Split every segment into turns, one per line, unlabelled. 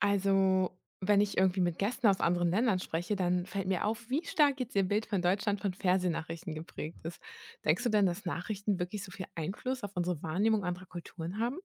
Also, wenn ich irgendwie mit Gästen aus anderen Ländern spreche, dann fällt mir auf, wie stark jetzt ihr Bild von Deutschland von Fernsehnachrichten geprägt ist. Denkst du denn, dass Nachrichten wirklich so viel Einfluss auf unsere Wahrnehmung anderer Kulturen haben?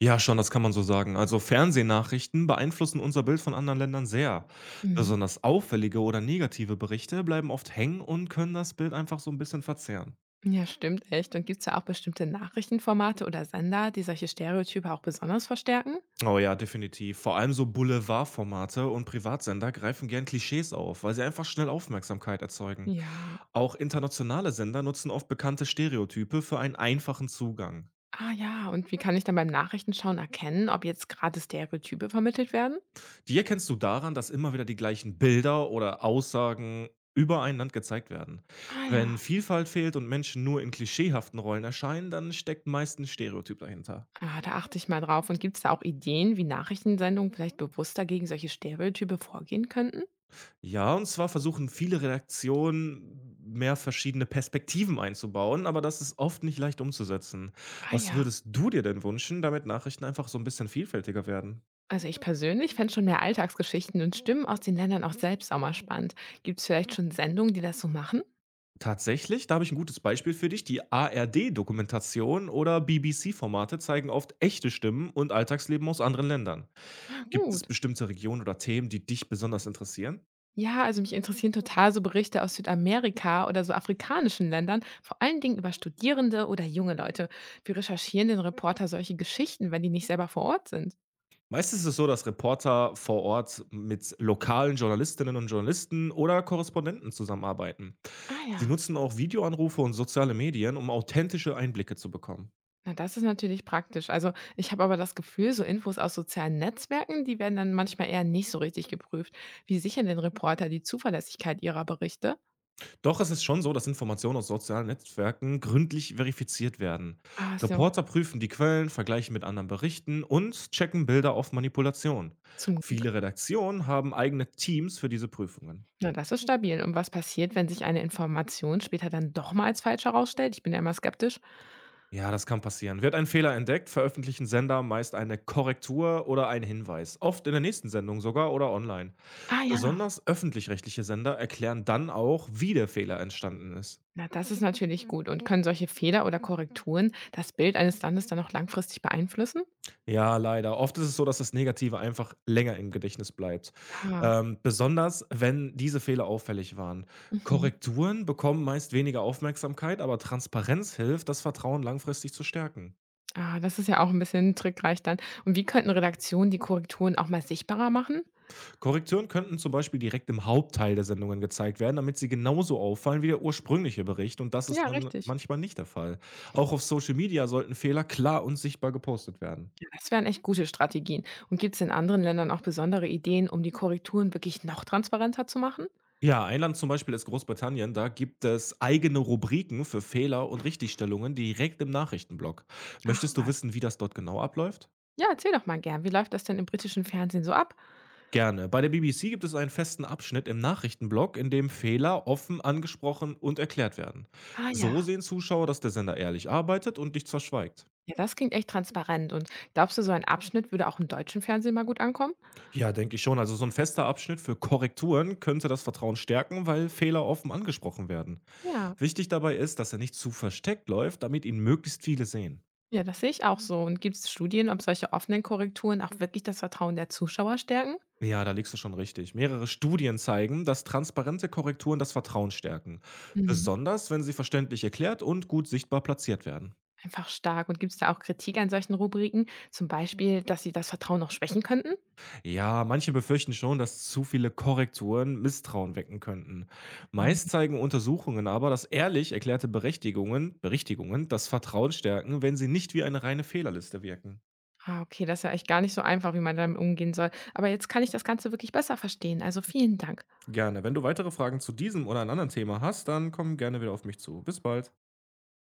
Ja, schon, das kann man so sagen. Also Fernsehnachrichten beeinflussen unser Bild von anderen Ländern sehr.
Mhm.
Besonders auffällige oder negative Berichte bleiben oft hängen und können das Bild einfach so ein bisschen verzerren.
Ja, stimmt, echt. Und gibt es ja auch bestimmte Nachrichtenformate oder Sender, die solche Stereotype auch besonders verstärken?
Oh ja, definitiv. Vor allem so Boulevardformate und Privatsender greifen gern Klischees auf, weil sie einfach schnell Aufmerksamkeit erzeugen.
Ja.
Auch internationale Sender nutzen oft bekannte Stereotype für einen einfachen Zugang.
Ah ja, und wie kann ich dann beim Nachrichtenschauen erkennen, ob jetzt gerade Stereotype vermittelt werden?
Wie erkennst du daran, dass immer wieder die gleichen Bilder oder Aussagen über ein Land gezeigt werden?
Ah
Wenn
ja.
Vielfalt fehlt und Menschen nur in klischeehaften Rollen erscheinen, dann steckt meist ein Stereotyp dahinter.
Ah, da achte ich mal drauf. Und gibt es da auch Ideen, wie Nachrichtensendungen vielleicht bewusster gegen solche Stereotype vorgehen könnten?
Ja, und zwar versuchen viele Redaktionen mehr verschiedene Perspektiven einzubauen, aber das ist oft nicht leicht umzusetzen.
Ah
Was
ja.
würdest du dir denn wünschen, damit Nachrichten einfach so ein bisschen vielfältiger werden?
Also ich persönlich fände schon mehr Alltagsgeschichten und Stimmen aus den Ländern auch selbst auch mal spannend. Gibt es vielleicht schon Sendungen, die das so machen?
Tatsächlich, da habe ich ein gutes Beispiel für dich. Die ARD-Dokumentation oder BBC-Formate zeigen oft echte Stimmen und Alltagsleben aus anderen Ländern.
Ah,
Gibt es
gut.
bestimmte Regionen oder Themen, die dich besonders interessieren?
Ja, also mich interessieren total so Berichte aus Südamerika oder so afrikanischen Ländern, vor allen Dingen über Studierende oder junge Leute. Wie recherchieren denn Reporter solche Geschichten, wenn die nicht selber vor Ort sind?
Meistens ist es so, dass Reporter vor Ort mit lokalen Journalistinnen und Journalisten oder Korrespondenten zusammenarbeiten.
Ah
Sie
ja.
nutzen auch Videoanrufe und soziale Medien, um authentische Einblicke zu bekommen.
Na, das ist natürlich praktisch. Also, ich habe aber das Gefühl, so Infos aus sozialen Netzwerken, die werden dann manchmal eher nicht so richtig geprüft. Wie sichern denn Reporter die Zuverlässigkeit ihrer Berichte?
Doch es ist schon so, dass Informationen aus sozialen Netzwerken gründlich verifiziert werden.
Ach so,
Reporter prüfen die Quellen, vergleichen mit anderen Berichten und checken Bilder auf Manipulation.
zum Glück.
Viele Redaktionen haben eigene Teams für diese Prüfungen.
Na, das ist stabil. Und was passiert, wenn sich eine Information später dann doch mal als falsch herausstellt? Ich bin ja immer skeptisch.
Ja, das kann passieren. Wird ein Fehler entdeckt, veröffentlichen Sender meist eine Korrektur oder einen Hinweis, oft in der nächsten Sendung sogar oder online.
Ah ja,
Besonders öffentlich-rechtliche Sender erklären dann auch, wie der Fehler entstanden ist.
na, das ist natürlich gut. Und können solche Fehler oder Korrekturen das Bild eines Landes dann auch langfristig beeinflussen?
Ja, leider. Oft ist es so, dass das Negative einfach länger im Gedächtnis bleibt.
Ja.
Besonders, wenn diese Fehler auffällig waren.
Mhm.
Korrekturen bekommen meist weniger Aufmerksamkeit, aber Transparenz hilft, das Vertrauen langfristig zu stärken.
Ah, das ist ja auch ein bisschen trickreich dann. Und wie könnten Redaktionen die Korrekturen auch mal sichtbarer machen?
Korrekturen könnten zum Beispiel direkt im Hauptteil der Sendungen gezeigt werden, damit sie genauso auffallen wie der ursprüngliche Bericht, und das ist
Ja,
dann
richtig.
manchmal nicht der Fall. Auch auf Social Media sollten Fehler klar und sichtbar gepostet werden.
Ja, das wären echt gute Strategien. Und gibt es in anderen Ländern auch besondere Ideen, um die Korrekturen wirklich noch transparenter zu machen?
Ja, ein Land zum Beispiel ist Großbritannien. Da gibt es eigene Rubriken für Fehler und Richtigstellungen direkt im Nachrichtenblock.
Ach
Möchtest du
was.
wissen, wie das dort genau abläuft?
Ja, erzähl doch mal gern. Wie läuft das denn im britischen Fernsehen so ab?
Gerne. Bei der BBC gibt es einen festen Abschnitt im Nachrichtenblock, in dem Fehler offen angesprochen und erklärt werden.
Ah
So
ja.
sehen Zuschauer, dass der Sender ehrlich arbeitet und nichts verschweigt.
Ja, das klingt echt transparent. Und glaubst du, so ein Abschnitt würde auch im deutschen Fernsehen mal gut ankommen?
Ja, denke ich schon. Also so ein fester Abschnitt für Korrekturen könnte das Vertrauen stärken, weil Fehler offen angesprochen werden.
Ja.
Wichtig dabei ist, dass er nicht zu versteckt läuft, damit ihn möglichst viele sehen.
Ja, das sehe ich auch so. Und gibt es Studien, ob solche offenen Korrekturen auch wirklich das Vertrauen der Zuschauer stärken?
Ja, da liegst du schon richtig. Mehrere Studien zeigen, dass transparente Korrekturen das Vertrauen stärken.
Mhm.
Besonders, wenn sie verständlich erklärt und gut sichtbar platziert werden.
Einfach stark. Und gibt es da auch Kritik an solchen Rubriken? Zum Beispiel, dass sie das Vertrauen noch schwächen könnten?
Ja, manche befürchten schon, dass zu viele Korrekturen Misstrauen wecken könnten. Meist zeigen Untersuchungen aber, dass ehrlich erklärte Berechtigungen, Berichtigungen das Vertrauen stärken, wenn sie nicht wie eine reine Fehlerliste wirken.
Ah, okay, das ist ja echt gar nicht so einfach, wie man damit umgehen soll. Aber jetzt kann ich das Ganze wirklich besser verstehen. Also vielen Dank.
Gerne. Wenn du weitere Fragen zu diesem oder einem anderen Thema hast, dann komm gerne wieder auf mich zu. Bis bald.